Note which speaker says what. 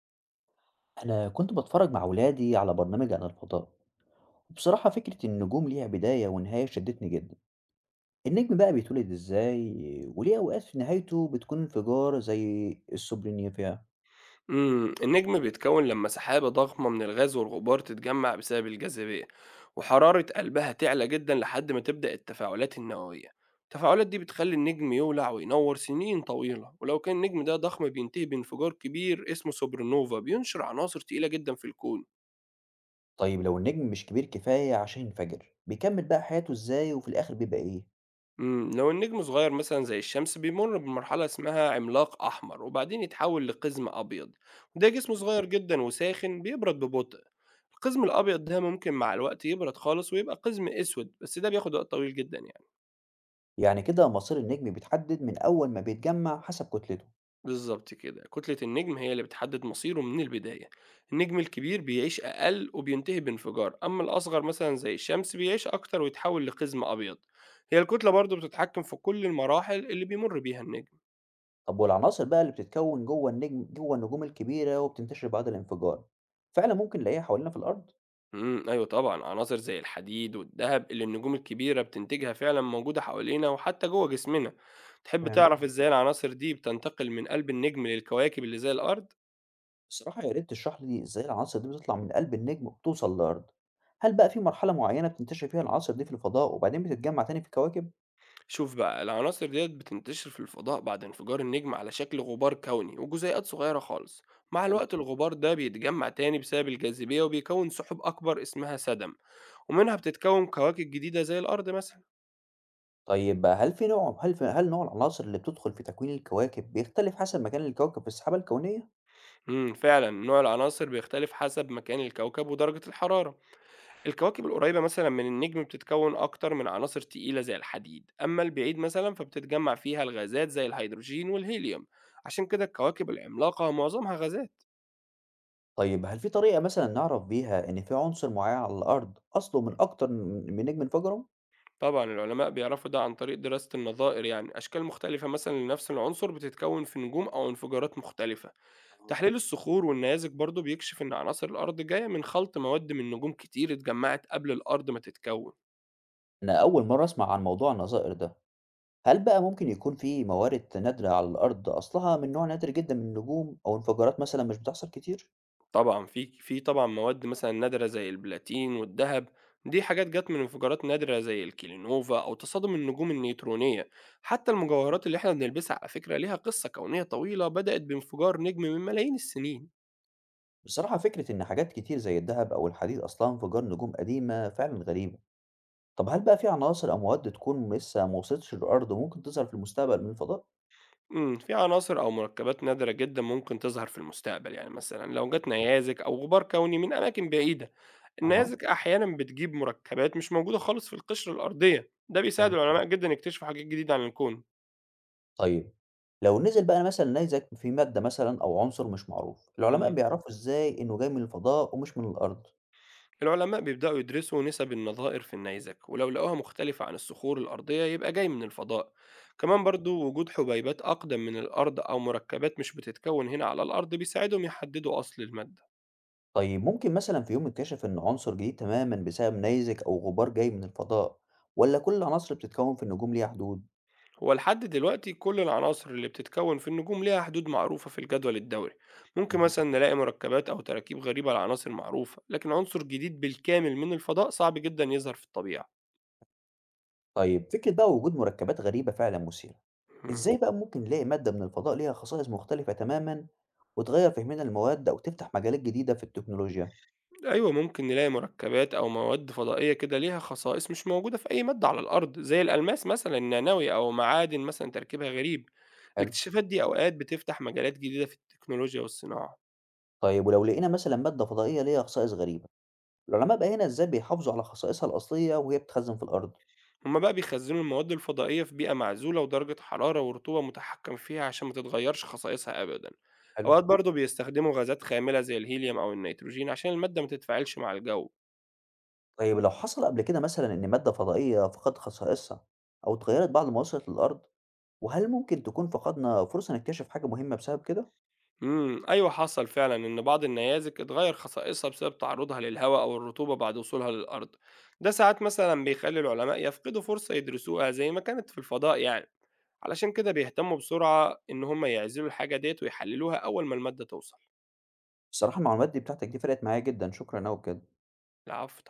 Speaker 1: أنا كنت بتفرج مع ولادي على برنامج عن الفضاء، وبصراحة فكرة النجوم ليها بداية ونهاية شدتني جدا. النجم بقى بيتولد إزاي؟ وليه أوقات في نهايته بتكون انفجار زي السوبرينيفيا؟
Speaker 2: النجم بيتكون لما سحابة ضخمة من الغاز والغبار تتجمع بسبب الجاذبية، وحرارة قلبها تعلى جدا لحد ما تبدأ التفاعلات النووية. التفاعلات دي بتخلي النجم يولع وينور سنين طويلة، ولو كان النجم ده ضخم بينتهي بانفجار كبير اسمه سوبر نوفا بينشر عناصر تقيلة جدا في الكون.
Speaker 1: طيب لو النجم مش كبير كفاية عشان ينفجر بيكمل بقى حياته إزاي وفي الآخر بيبقى إيه؟
Speaker 2: لو النجم صغير مثلا زي الشمس بيمر بمرحلة اسمها عملاق أحمر وبعدين يتحول لقزم أبيض، وده جسم صغير جدا وساخن بيبرد ببطء. القزم الأبيض ده ممكن مع الوقت يبرد خالص ويبقى قزم أسود، بس ده بياخد وقت طويل جدا يعني.
Speaker 1: يعني كده مصير النجم بيتحدد من أول ما بيتجمع حسب كتلته.
Speaker 2: بالظبط كده، كتلة النجم هي اللي بتحدد مصيره من البداية. النجم الكبير بيعيش أقل وبينتهي بانفجار، أما الأصغر مثلا زي الشمس بيعيش أكتر ويتحول لقزم أبيض. هي الكتلة برضو بتتحكم في كل المراحل اللي بيمر بيها النجم.
Speaker 1: طب والعناصر بقى اللي بتتكون جوه النجم جوه النجوم الكبيرة وبتنتشر بعد الانفجار، فعلا ممكن نلاقيها حوالينا في الأرض؟
Speaker 2: أيوه طبعًا، عناصر زي الحديد والدهب اللي النجوم الكبيرة بتنتجها فعلًا موجودة حوالينا وحتى جوه جسمنا. تحب
Speaker 1: فهمت.
Speaker 2: تعرف إزاي العناصر دي بتنتقل من قلب النجم للكواكب اللي زي الأرض؟
Speaker 1: بصراحة يا ريت تشرح لي إزاي العناصر دي بتطلع من قلب النجم وبتوصل للأرض. هل بقى في مرحلة معينة بتنتشر فيها العناصر دي في الفضاء وبعدين بتتجمع تاني في الكواكب؟
Speaker 2: شوف بقى، العناصر ديّة بتنتشر في الفضاء بعد انفجار النجم على شكل غبار كوني وجزيئات صغيرة خالص. مع الوقت
Speaker 1: فهمت.
Speaker 2: الغبار ده بيتجمع تاني بسبب الجاذبية وبيكون سحب أكبر اسمها سدم، ومنها بتتكون كواكب جديدة زي الأرض مثلًا.
Speaker 1: طيب هل في نوع هل في هل نوع العناصر اللي بتدخل في تكوين الكواكب بيختلف حسب مكان الكوكب في السحابة الكونية؟
Speaker 2: فعلًا نوع العناصر بيختلف حسب مكان الكوكب ودرجة الحرارة. الكواكب القريبة مثلًا من النجم بتتكوّن أكتر من عناصر تقيلة زي الحديد، أمّا البعيد مثلًا فبتتجمّع فيها الغازات زي الهيدروجين والهيليوم، عشان كده الكواكب العملاقة معظمها غازات.
Speaker 1: طيب هل في طريقة مثلا نعرف بيها إن في عنصر معين على الأرض أصله من أكتر من نجم انفجروا؟
Speaker 2: طبعًا العلماء بيعرفوا ده عن طريق دراسة النظائر، يعني أشكال مختلفة مثلًا لنفس العنصر بتتكوّن في نجوم أو انفجارات مختلفة.
Speaker 1: آه.
Speaker 2: تحليل الصخور والنيازك برضه بيكشف إن عناصر الأرض جاية من خلط مواد من نجوم كتير اتجمّعت قبل الأرض ما تتكوّن.
Speaker 1: أنا أول مرة أسمع عن موضوع النظائر ده، هل بقى ممكن يكون في موارد نادرة على الأرض أصلها من نوع نادر جدا من النجوم أو انفجارات مثلا مش بتحصل كتير؟
Speaker 2: طبعًا في مواد مثلًا نادرة زي البلاتين والدهب، دي حاجات جات من انفجارات نادرة زي الكيلينوفا أو تصادم النجوم النيوترونية. حتى المجوهرات اللي إحنا بنلبسها على فكرة ليها قصة كونية طويلة بدأت بانفجار نجم من ملايين السنين.
Speaker 1: بصراحة فكرة إن حاجات كتير زي الذهب أو الحديد أصلها انفجار نجوم قديمة فعلا غريبة. طب هل بقى في عناصر أو مواد تكون لسه ما وصلتش للأرض وممكن تظهر في المستقبل من الفضاء؟
Speaker 2: في عناصر أو مركبات نادرة جدًا ممكن تظهر في المستقبل، يعني مثلًا لو جات نيازك أو غبار كوني من أماكن بعيدة.
Speaker 1: أها،
Speaker 2: النيازك أحيانًا بتجيب مركبات مش موجودة خالص في القشرة الأرضية، ده بيساعد
Speaker 1: فاهم.
Speaker 2: العلماء جدًا يكتشفوا حاجات جديدة عن الكون.
Speaker 1: طيب لو نزل بقى مثلا نيزك في مادة مثلا أو عنصر مش معروف، العلماء
Speaker 2: إمم.
Speaker 1: بيعرفوا إزاي إنه جاي من الفضاء ومش من الأرض؟
Speaker 2: العلماء بيبدأوا يدرسوا نسب النظائر في النيزك، ولو لقوها مختلفة عن الصخور الأرضية يبقى جاي من الفضاء. كمان
Speaker 1: فاهم.
Speaker 2: برضو وجود حبيبات أقدم من الأرض أو مركبات مش بتتكون هنا على الأرض بيساعدهم يحددوا أصل المادة.
Speaker 1: طيب ممكن مثلا في يوم يتكشف إن عنصر جديد تماما بسبب نيزك أو غبار جاي من الفضاء، ولا كل العناصر اللي بتتكون في النجوم ليها حدود؟
Speaker 2: هو لحد دلوقتي كل العناصر اللي بتتكون في النجوم ليها حدود معروفة في الجدول الدوري. ممكن
Speaker 1: مهم.
Speaker 2: مثلا نلاقي مركبات أو تراكيب غريبة لعناصر معروفة، لكن عنصر جديد بالكامل من الفضاء صعب جدا يظهر في الطبيعة.
Speaker 1: طيب فكرة بقى وجود مركبات غريبة فعلا مثيرة.
Speaker 2: مم.
Speaker 1: إزاي بقى ممكن نلاقي مادة من الفضاء ليها خصائص مختلفة تمامًا وتغيّر فهمنا للمواد أو تفتح مجالات جديدة في التكنولوجيا؟
Speaker 2: أيوه، ممكن نلاقي مركبات أو مواد فضائية كده ليها خصائص مش موجودة في أي مادة على الأرض، زي الألماس مثلًا النانوي أو معادن مثلًا تركيبها غريب.
Speaker 1: حلو.
Speaker 2: الاكتشافات دي أوقات بتفتح مجالات جديدة في التكنولوجيا والصناعة.
Speaker 1: طيب ولو لقينا مثلًا مادة فضائية ليها خصائص غريبة، العلماء بقى هنا إزاي بيحافظوا على خصائصها الأصلية وهي بتتخزن في الأرض؟
Speaker 2: هُم بقى بيخزنوا المواد الفضائية في بيئة معزولة ودرجة حرارة ورطوبة متحكم فيها عشان ما تتغيرش خصائصها أبدًا.
Speaker 1: حلو.
Speaker 2: أوقات برضه بيستخدموا غازات خاملة زي الهيليوم أو النيتروجين عشان المادة ما تتفاعلش مع الجو.
Speaker 1: طيب لو حصل قبل كده مثلًا إن مادة فضائية فقدت خصائصها أو اتغيّرت بعد ما وصلت للأرض، وهل ممكن تكون فقدنا فرصة نكتشف حاجة مهمة بسبب كده؟
Speaker 2: أيوه، حصل فعلًا إن بعض النيازك اتغيّر خصائصها بسبب تعرضها للهواء أو الرطوبة بعد وصولها للأرض، ده ساعات مثلًا بيخلّي العلماء يفقدوا فرصة يدرسوها زي ما كانت في الفضاء يعني، علشان كده بيهتموا بسرعة إن هم يعزلوا الحاجة ديّة ويحللوها أول ما المادة توصل.
Speaker 1: الصراحة المعلومات دي بتاعتك دي فرقت معايا جدًا، شكرًا أوي بجد.
Speaker 2: العفو.